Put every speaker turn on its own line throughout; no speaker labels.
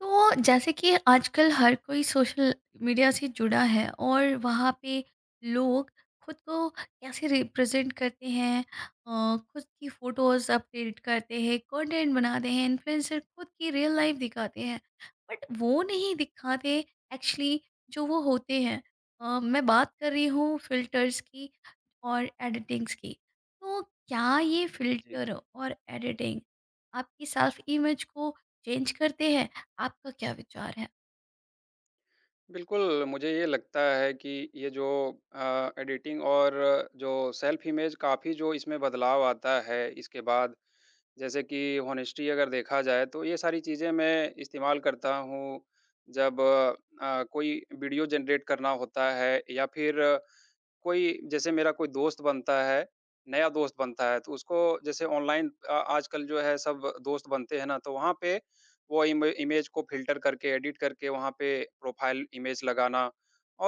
तो जैसे कि आजकल हर कोई सोशल मीडिया से जुड़ा है और वहाँ पे लोग खुद को कैसे रिप्रेजेंट करते हैं, खुद की फोटोज अपडेट करते हैं, कंटेंट बनाते हैं, इन्फ्लुएंसर खुद की रियल लाइफ दिखाते हैं। बट वो नहीं दिखाते एक्चुअली जो वो होते हैं। मैं बात कर रही हूँ फिल्टर्स की और एडिटिंग्स की। तो क्या ये
जी,
फिल्टर और एडिटिंग आपकी सेल्फ इमेज को चेंज करते हैं? आपका क्या विचार है?
बिल्कुल मुझे ये लगता है कि ये जो एडिटिंग और जो सेल्फ इमेज काफ़ी जो इसमें बदलाव आता है इसके बाद, जैसे कि हॉनेस्टी अगर देखा जाए तो ये सारी चीज़ें मैं इस्तेमाल करता हूँ जब कोई वीडियो जनरेट करना होता है या फिर कोई जैसे मेरा कोई दोस्त बनता है, नया दोस्त बनता है, तो उसको जैसे ऑनलाइन आजकल जो है सब दोस्त बनते हैं ना, तो वहाँ पे वो इम इमेज को फ़िल्टर करके, एडिट करके वहाँ पे प्रोफ़ाइल इमेज लगाना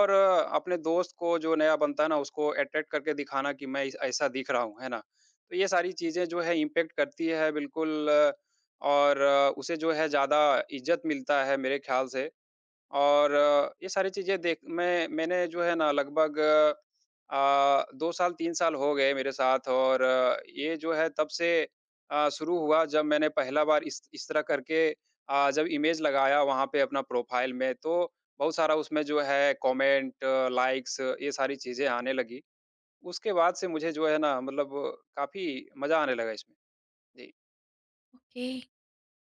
और अपने दोस्त को जो नया बनता है ना, उसको अट्रैक्ट करके दिखाना कि मैं इस ऐसा दिख रहा हूँ, है ना? तो ये सारी चीज़ें जो है इम्पैक्ट करती है बिल्कुल और उसे जो है ज़्यादा इज़्ज़त मिलता है मेरे ख़्याल से। और ये सारी चीज़ें देख मैंने जो है ना लगभग 2 साल 3 साल हो गए मेरे साथ और ये जो है तब से शुरू हुआ जब मैंने पहला बार इस तरह करके जब इमेज लगाया वहाँ पे अपना प्रोफ़ाइल में तो बहुत सारा उसमें जो है कमेंट, लाइक्स ये सारी चीज़ें आने लगी। उसके बाद से मुझे जो है ना मतलब काफ़ी मज़ा आने लगा इसमें। जी।
ओके,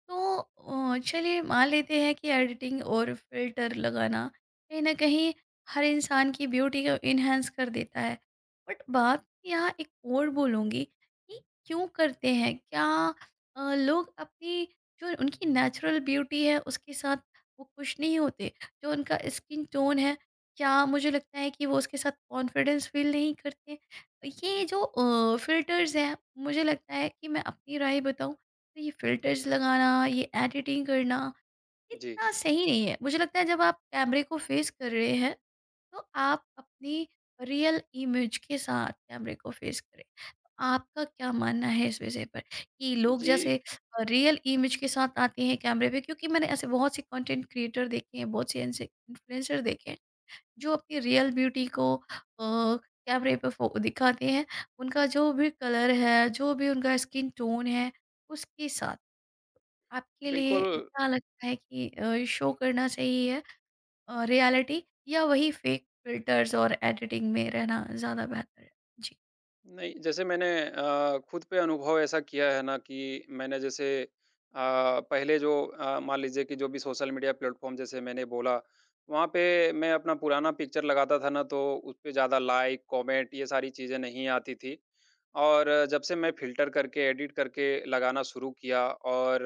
तो चलिए मान लेते हैं कि एडिटिंग और फिल्टर लगाना कहीं ना कहीं हर इंसान की ब्यूटी को इन्हेंस कर देता है। बट बात यहाँ एक और बोलूँगी कि क्यों करते हैं? क्या लोग अपनी जो उनकी नेचुरल ब्यूटी है उसके साथ वो खुश नहीं होते? जो उनका स्किन टोन है, क्या मुझे लगता है कि वो उसके साथ कॉन्फिडेंस फील नहीं करते? ये जो फिल्टर्स हैं, मुझे लगता है कि मैं अपनी राय बताऊं, तो ये फ़िल्टर्स लगाना, ये एडिटिंग करना,
जी।
इतना सही नहीं है। मुझे लगता है जब आप कैमरे को फ़ेस कर रहे हैं, तो आप अपनी रियल इमेज के साथ कैमरे को फ़ेस करें। तो आपका क्या मानना है इस विषय पर कि लोग
जी,
जैसे रियल इमेज के साथ आते हैं कैमरे पे? क्योंकि मैंने ऐसे बहुत से कंटेंट क्रिएटर देखे हैं, बहुत से ऐसे इन्फ्लुएंसर देखे हैं, जो अपनी रियल ब्यूटी को अ, कैमरे पे फ़ो दिखाते हैं। उनका जो भी कलर है, जो भी उनका स्किन टोन है, उसके साथ। आपके लिए
बिल्कुल
क्या लगता है कि शो करना चाहिए रियलिटी, या वही फेक फिल्टर्स और एडिटिंग में रहना ज़्यादा बेहतर है? जी।
नहीं, जैसे मैंने खुद पे अनुभव ऐसा किया है ना कि मैंने जैसे पहले जो मान लीजिए कि जो भी सोशल मीडिया प्लेटफ़ॉर्म जैसे मैंने बोला, वहाँ पे मैं अपना पुराना पिक्चर लगाता था ना तो उसपे ज़्यादा लाइक, कमेंट ये सारी चीज़ें नहीं आती थी। और जब से मैं फ़िल्टर करके, एडिट करके लगाना शुरू किया और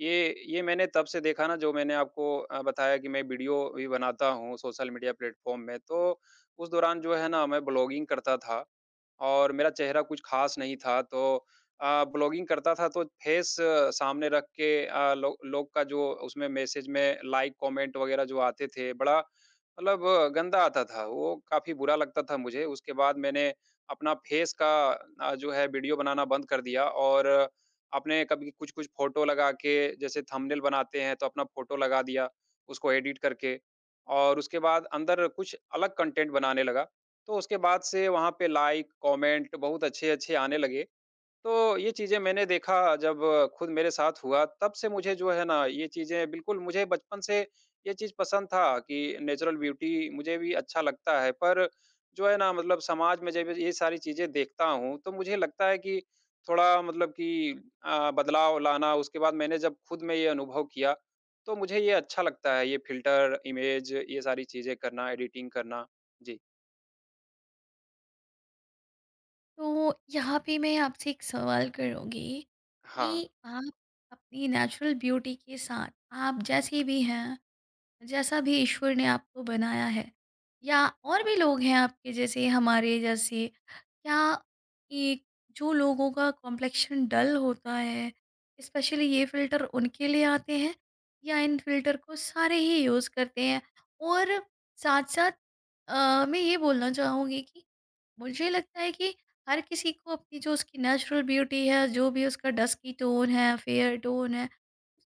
ये मैंने तब से देखा ना जो मैंने आपको बताया कि मैं वीडियो भी बनाता हूँ सोशल मीडिया प्लेटफ़ॉर्म में, तो उस दौरान जो है ना मैं ब्लॉगिंग करता था। और मेरा चेहरा कुछ ख़ास नहीं था तो ब्लॉगिंग करता था तो फ़ेस सामने रख के लो लोग का जो उसमें मैसेज में लाइक, कमेंट वग़ैरह जो आते थे बड़ा मतलब गंदा आता था। वो काफ़ी बुरा लगता था मुझे। उसके बाद मैंने अपना फ़ेस का जो है वीडियो बनाना बंद कर दिया और अपने कभी कुछ-कुछ फ़ोटो लगा के जैसे थंबनेल बनाते हैं तो अपना फ़ोटो लगा दिया उसको एडिट करके और उसके बाद अंदर कुछ अलग कंटेंट बनाने लगा। तो उसके बाद से वहाँ पे लाइक, कमेंट बहुत अच्छे-अच्छे आने लगे। तो ये चीज़ें मैंने देखा जब खुद मेरे साथ हुआ, तब से मुझे जो है ना ये चीज़ें बिल्कुल मुझे बचपन से ये चीज़ पसंद था कि नेचुरल ब्यूटी मुझे भी अच्छा लगता है। पर जो है ना मतलब समाज में जब ये सारी चीज़ें देखता हूँ, तो मुझे लगता है कि थोड़ा मतलब कि बदलाव लाना उसके बाद मैंने जब खुद में ये अनुभव किया, तो मुझे ये अच्छा लगता है, ये फ़िल्टर, इमेज ये सारी चीज़ें करना, एडिटिंग करना। जी।
तो यहाँ पे मैं आपसे एक सवाल करूँगी
हाँ।
कि आप अपनी नेचुरल ब्यूटी के साथ, आप जैसी भी हैं, जैसा भी ईश्वर ने आपको बनाया है, या और भी लोग हैं आपके जैसे हमारे जैसे, क्या एक जो लोगों का कॉम्प्लेक्शन डल होता है, स्पेशली ये फिल्टर उनके लिए आते हैं? या इन फिल्टर को सारे ही यूज़ करते हैं? और साथ साथ मैं ये बोलना चाहूँगी कि मुझे लगता है कि हर किसी को अपनी जो उसकी नेचुरल ब्यूटी है, जो भी उसका डस्की टोन है, फेयर टोन है,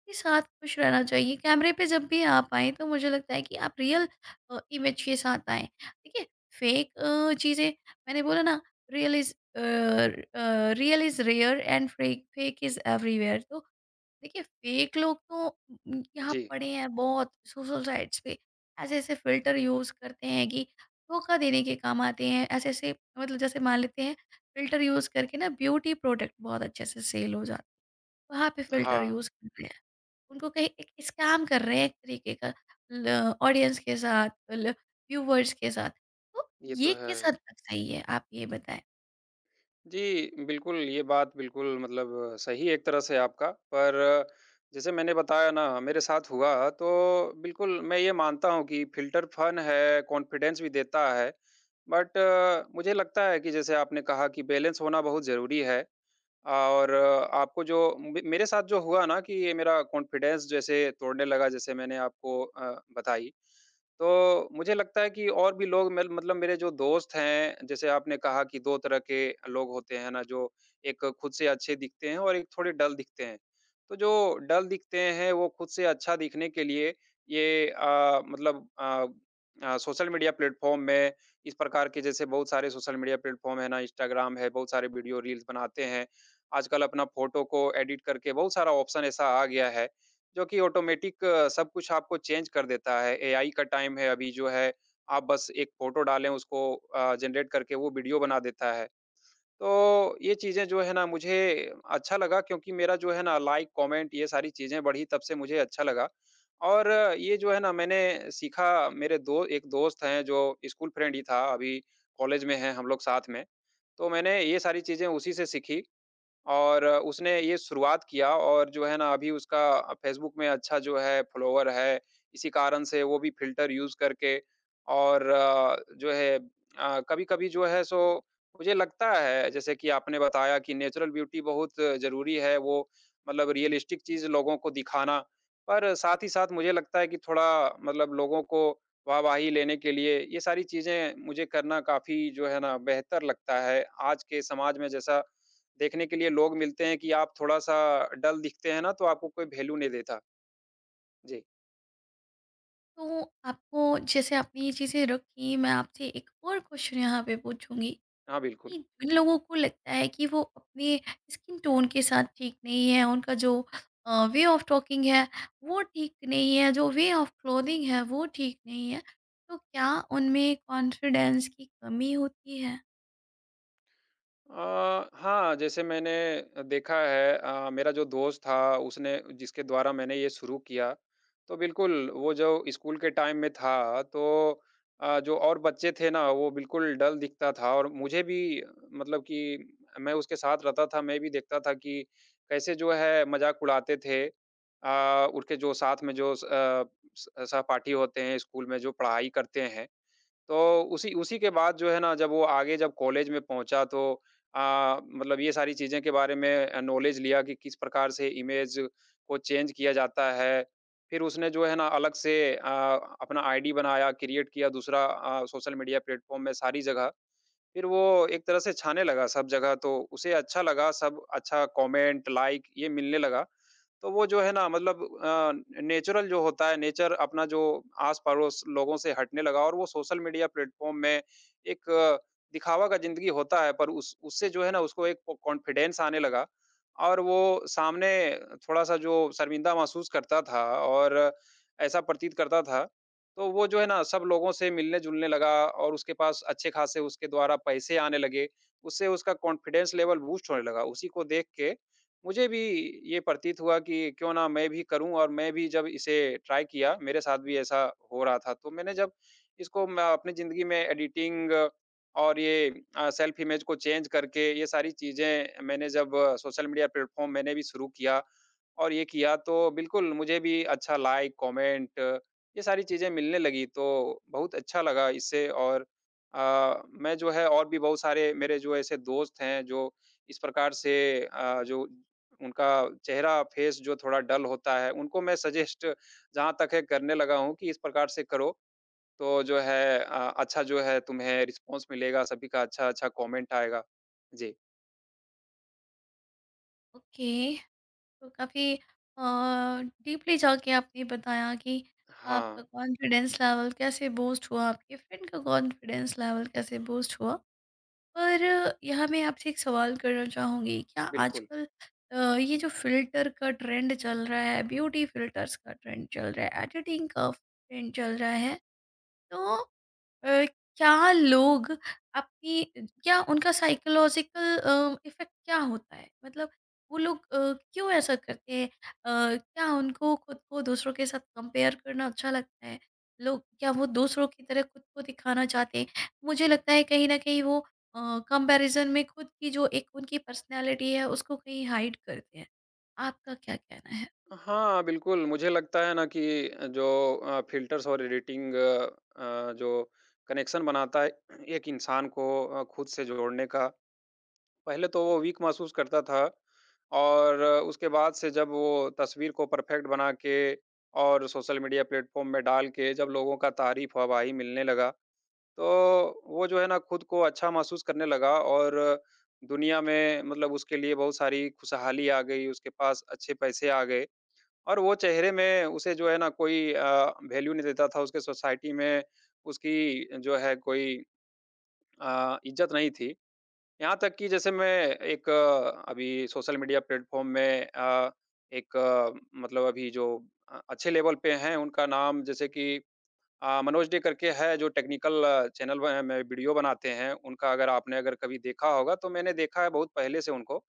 के साथ खुश रहना चाहिए। कैमरे पे जब भी आप आएँ, तो मुझे लगता है कि आप रियल इमेज के साथ आएँ। ठीक है? फ़ेक चीज़ें, मैंने बोला ना, real is a real is rare and fake fake is everywhere. तो देखिए, फ़ेक लोग तो यहाँ
जी,
पड़े हैं बहुत सोशल साइट्स पे। ऐसे-ऐसे फ़िल्टर यूज़ करते हैं कि धोखा देने के काम आते हैं। ऐसे-ऐसे, मतलब जैसे मान लेते हैं फ़िल्टर यूज़ करके ना, ब्यूटी प्रोडक्ट बहुत अच्छे से सेल हो जाते हैं। वहाँ पे फ़िल्टर
हाँ,
यूज़ करते हैं। उनको कहीं एक स्कैम कर रहे हैं एक तरीके का, ल ऑडियंस के साथ, ल व्यूवर्स के साथ। तो
ये तो
ये
है।
किस हद तक सही है, आप ये बताएँ?
जी, बिल्कुल, ये बात बिल्कुल मतलब सही है एक तरह से आपका, पर जैसे मैंने बताया ना, मेरे साथ हुआ, तो बिल्कुल मैं ये मानता हूँ कि फ़िल्टर फन है, कॉन्फिडेंस भी देता है, बट मुझे लगता है कि जैसे आपने कहा कि बैलेंस होना बहुत ज़रूरी है और आपको जो मे मेरे साथ जो हुआ ना कि ये मेरा कॉन्फिडेंस जैसे तोड़ने लगा, जैसे मैंने आपको बताई। तो मुझे लगता है कि और भी लोग मेल मतलब मेरे जो दोस्त हैं, जैसे आपने कहा कि 2 तरह के लोग होते हैं ना, जो एक खुद से अच्छे दिखते हैं और एक थोड़े डल दिखते हैं। तो जो डल दिखते हैं, वो खुद से अच्छा दिखने के लिए ये मतलब सोशल मीडिया प्लेटफ़ॉर्म में इस प्रकार के जैसे बहुत सारे सोशल मीडिया प्लेटफ़ॉर्म है ना, इंस्टाग्राम है, बहुत सारे वीडियो रील्स बनाते हैं। आजकल अपना फ़ोटो को एडिट करके बहुत सारा ऑप्शन ऐसा आ गया है जो कि ऑटोमेटिक सब कुछ आपको चेंज कर देता है। एआई का टाइम है अभी जो है, आप बस एक फ़ोटो डालें उसको जनरेट करके वो वीडियो बना देता है। तो ये चीज़ें जो है ना मुझे अच्छा लगा क्योंकि मेरा जो है ना लाइक, कमेंट ये सारी चीज़ें बढ़ी तब से मुझे अच्छा लगा। और ये जो है ना मैंने सीखा मेरे दो एक दोस्त हैं जो स्कूल फ्रेंड ही था, अभी कॉलेज में हैं हम लोग साथ में। तो मैंने ये सारी चीज़ें उसी से सीखी। और उसने ये शुरुआत किया और जो है ना अभी उसका फ़ेसबुक में अच्छा जो है फ़ॉलोवर है, इसी कारण से वो भी फ़िल्टर यूज़ करके और जो है कभी-कभी जो है सो मुझे लगता है जैसे कि आपने बताया कि नेचुरल ब्यूटी बहुत ज़रूरी है वो मतलब रियलिस्टिक चीज़ लोगों को दिखाना। पर साथ ही साथ मुझे लगता है कि थोड़ा मतलब लोगों को वाहवाही लेने के लिए ये सारी चीज़ें मुझे करना काफ़ी जो है ना बेहतर लगता है। आज के समाज में जैसा देखने के लिए लोग मिलते हैं कि आप थोड़ा-सा डल दिखते हैं ना, तो आपको कोई वैल्यू नहीं देता। जी।
तो आपको, जैसे आपने ये चीज़ें रखी, मैं आपसे एक और क्वेश्चन यहाँ पे पूछूँगी
हाँ, बिल्कुल।
कि जिन लोगों को लगता है कि वो अपने स्किन टोन के साथ ठीक नहीं है, उनका जो वे ऑफ टॉकिंग है, वो ठीक नहीं है, जो वे ऑफ क्लोथिंग है, वो ठीक नहीं है, तो क्या उनमें कॉन्फिडेंस की कमी होती है?
हाँ, जैसे मैंने देखा है मेरा जो दोस्त था उसने जिसके द्वारा मैंने ये शुरू किया, तो बिल्कुल वो जो स्कूल के टाइम में था तो जो और बच्चे थे ना वो बिल्कुल डल दिखता था और मुझे भी मतलब कि मैं उसके साथ रहता था, मैं भी देखता था कि कैसे जो है मज़ाक उड़ाते थे। उनके जो साथ में जो स सहपाठी होते हैं स्कूल में जो पढ़ाई करते हैं तो उसी उसी के बाद जो है ना जब वो आगे जब कॉलेज में पहुँचा तो अ, मतलब ये सारी चीज़ें के बारे में नॉलेज लिया कि किस प्रकार से इमेज को चेंज किया जाता है। फिर उसने जो है ना अलग से अपना आईडी बनाया, क्रिएट किया दूसरा सोशल मीडिया प्लेटफ़ॉर्म में सारी जगह। फिर वो एक तरह से छाने लगा सब जगह तो उसे अच्छा लगा, सब अच्छा कमेंट, लाइक ये मिलने लगा। तो वो जो है ना मतलब नेचुरल जो होता है नेचर अपना जो आस-पड़ोस लोगों से हटने लगा और वो सोशल मीडिया प्लेटफ़ॉर्म में एक अ, दिखावा का ज़िंदगी होता है पर उस उससे जो है ना उसको एक प कॉन्फिडेंस आने लगा और वो सामने थोड़ा-सा जो शर्मिंदा महसूस करता था और ऐसा प्रतीत करता था, तो वो जो है ना सब लोगों से मिलने-जुलने लगा और उसके पास अच्छे-खासे उसके द्वारा पैसे आने लगे। उससे उसका कॉन्फिडेंस लेवल बूस्ट होने लगा। उसी को देख के मुझे भी ये प्रतीत हुआ कि क्यों ना मैं भी करूँ और मैं भी जब इसे ट्राई किया, मेरे साथ भी ऐसा हो रहा था। तो मैंने जब इसको मैं अपनी ज़िंदगी में एडिटिंग और ये सेल्फ इमेज को चेंज करके ये सारी चीज़ें मैंने जब सोशल मीडिया प्लेटफ़ॉर्म मैंने भी शुरू किया और ये किया तो बिल्कुल मुझे भी अच्छा लाइक, कमेंट ये सारी चीज़ें मिलने लगी तो बहुत अच्छा लगा इससे और मैं जो है और भी बहुत सारे मेरे जो ऐसे दोस्त हैं जो इस प्रकार से जो उनका चेहरा, फेस जो थोड़ा डल होता है, उनको मैं सजेस्ट जहाँ तक है करने लगा हूँ कि इस प्रकार से करो, तो जो है अच्छा जो है तुम्हें रिस्पॉन्स मिलेगा, सभी का अच्छा-अच्छा कमेंट आएगा। जी।
ओके। तो काफ़ी अ, डीपली जाके आपने बताया कि
हाँ,
आपका कॉन्फिडेंस लेवल कैसे बूस्ट हुआ, आपके फ्रेंड का कॉन्फिडेंस लेवल कैसे बूस्ट हुआ। पर यहाँ मैं आपसे एक सवाल करना चाहूँगी, क्या
बिल्कुल।
आजकल ये जो फ़िल्टर का ट्रेंड चल रहा है, ब्यूटी फ़िल्टर्स का ट्रेंड चल रहा है, एडिटिंग का ट्रेंड चल रहा है, तो अ, क्या लोग अपनी, क्या उनका साइकोलॉजिकल इफेक्ट क्या होता है? मतलब वो लोग क्यों ऐसा करते हैं? क्या उनको खुद को दूसरों के साथ कंपेयर करना अच्छा लगता है? लोग, क्या वो दूसरों की तरह खुद को दिखाना चाहते हैं? मुझे लगता है कहीं न कहीं वो अ, कंपैरिज़न में खुद की जो एक उनकी पर्सनैलिटी है, उसको कहीं हाइड करते हैं। आपका क्या कहना है?
हाँ, बिल्कुल, मुझे लगता है ना कि जो फ़िल्टर्स और एडिटिंग जो कनेक्शन बनाता है, एक इंसान को खुद से जोड़ने का पहले तो वो वीक महसूस करता था और उसके बाद से जब वो तस्वीर को परफेक्ट बना के और सोशल मीडिया प्लेटफॉर्म में डाल के जब लोगों का तारीफ वाहवाही मिलने लगा, तो वो जो है ना खुद को अच्छा महसूस करने लगा और दुनिया में मतलब उसके लिए बहुत सारी खुशहाली आ गई, उसके पास अच्छे पैसे आ गए और वो चेहरे में उसे जो है ना कोई वैल्यू नहीं देता था, उसके सोसाइटी में उसकी जो है कोई इज़्ज़त नहीं थी। यहाँ तक कि जैसे मैं अभी सोशल मीडिया प्लेटफ़ॉर्म में एक अ, मतलब अभी जो अच्छे लेवल पे हैं उनका नाम जैसे कि मनोज डे करके है जो टेक्निकल चैनल व में वीडियो बनाते हैं, उनका अगर आपने अगर कभी देखा होगा तो मैंने देखा है बहुत पहले से उनको।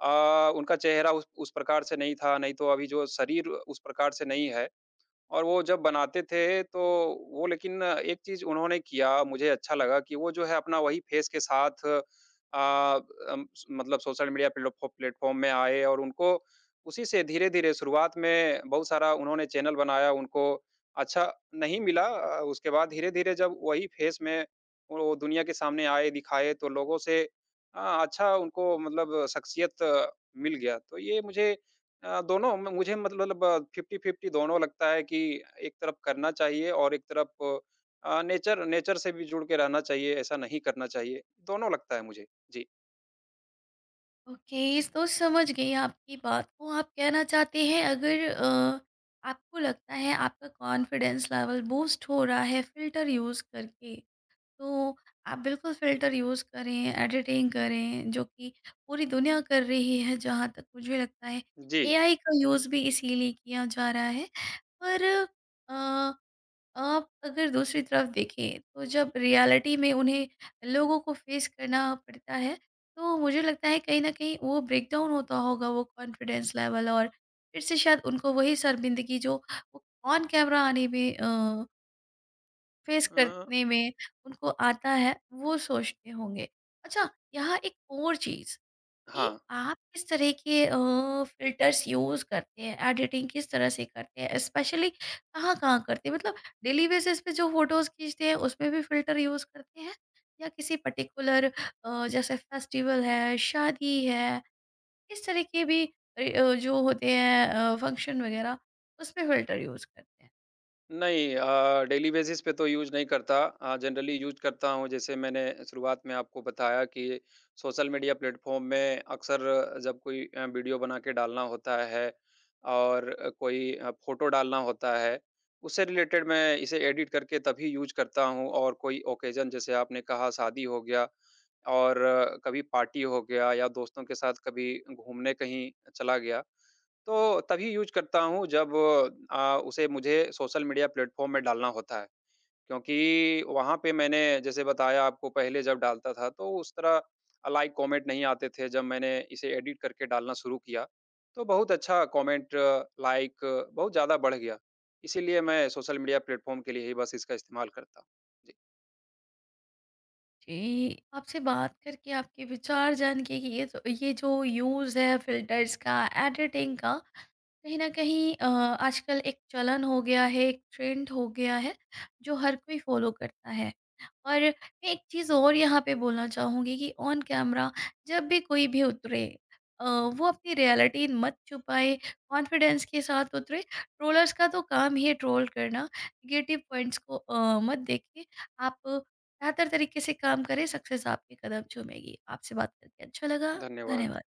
उनका चेहरा उस प्रकार से नहीं था, नहीं तो अभी जो शरीर उस प्रकार से नहीं है। और वो जब बनाते थे, तो वो लेकिन एक चीज़ उन्होंने किया, मुझे अच्छा लगा कि वो जो है अपना वही फ़ेस के साथ अ, स मतलब सोशल मीडिया प्लेटफ़ॉर्म में आए और उनको उसी से धीरे-धीरे शुरुआत में बहुत सारा उन्होंने चैनल बनाया, उनको अच्छा नहीं मिला उसके बाद धीरे-धीरे जब वही फ़ेस में वो दुनिया के सामने आए, दिखाए, तो लोगों से अच्छा उनको मतलब शख्सियत मिल गया। तो ये मुझे दोनों म मुझे मतलब 50-50 दोनों लगता है कि एक तरफ करना चाहिए और एक तरफ नेचर नेचर से भी जुड़ के रहना चाहिए, ऐसा नहीं करना चाहिए। दोनों लगता है मुझे। जी।
ओके, तो समझ गई आपकी बात को। आप कहना चाहते हैं, अगर आपको लगता है आपका कॉन्फिडेंस लेवल बूस्ट हो रहा है फ़िल्टर यूज़ करके, तो आप बिल्कुल फ़िल्टर यूज़ करें, एडिटिंग करें, जो कि पूरी दुनिया कर रही है, जहाँ तक मुझे लगता है
जी।
एआई का यूज़ भी इसीलिए किया जा रहा है। पर आप अगर दूसरी तरफ देखें, तो जब रियलिटी में उन्हें लोगों को फेस करना पड़ता है, तो मुझे लगता है कहीं ना कहीं वो ब्रेकडाउन होता होगा, वो कॉन्फिडेंस लेवल, और फिर से शायद उनको वही शर्मिंदगी जो वो ऑन कैमरा आने में, फेस
अ,
करने में उनको आता है, वो सोचते होंगे। अच्छा, यहाँ एक और चीज़ कि
हाँ।
आप किस तरह के फ़िल्टर्स यूज़ करते हैं, एडिटिंग किस तरह से करते हैं? स्पेशली कहाँ-कहाँ करते हैं? मतलब डेली बेसिस पे जो फ़ोटोज़ खींचते हैं, उसमें भी फ़िल्टर यूज़ करते हैं? या किसी पर्टिकुलर जैसे फेस्टिवल है, शादी है, इस तरह के भी जो होते हैं फंक्शन वगैरह, उसमें फ़िल्टर यूज़ करते हैं?
नहीं डेली बेसिस पे तो यूज़ नहीं करता। जनरली यूज़ करता हूँ जैसे मैंने शुरुआत में आपको बताया कि सोशल मीडिया प्लेटफ़ॉर्म में अक्सर जब कोई वीडियो बना के डालना होता है और कोई फ़ोटो डालना होता है, उससे रिलेटेड मैं इसे एडिट करके तभी यूज़ करता हूँ और कोई ओकेज़न जैसे आपने कहा शादी हो गया और कभी पार्टी हो गया या दोस्तों के साथ कभी घूमने कहीं चला गया। तो तभी यूज़ करता हूँ जब उसे मुझे सोशल मीडिया प्लेटफ़ॉर्म में डालना होता है। क्योंकि वहाँ पे मैंने जैसे बताया आपको पहले जब डालता था तो उस तरह लाइक कमेंट नहीं आते थे। जब मैंने इसे एडिट करके डालना शुरू किया तो बहुत अच्छा कमेंट लाइक बहुत ज़्यादा बढ़ गया। इसीलिए मैं सोशल मीडिया प्लेटफ़ॉर्म के लिए ही बस इसका इस्तेमाल करता हूँ। जी,
जी, आपसे बात करके, आपके विचार जान के कि ये जो यूज़ है फ़िल्टर्स का, एडिटिंग का, कहीं न कहीं आजकल एक चलन हो गया है, एक ट्रेंड हो गया है, जो हर कोई फ़ॉलो करता है। और मैं एक चीज़ और यहाँ पे बोलना चाहूँगी कि ऑन कैमरा जब भी कोई भी उतरे, वो अपनी रियलिटी मत छुपाए, कॉन्फिडेंस के साथ उतरे। ट्रोलर्स का तो काम ही है ट्रोल करना, नेगेटिव पॉइंट्स को मत देखिए। आप बेहतर तरीके से काम करें, सक्सेस आपके कदम चूमेगी। आपसे बात करके अच्छा लगा।
धन्यवाद।
धन्यवाद।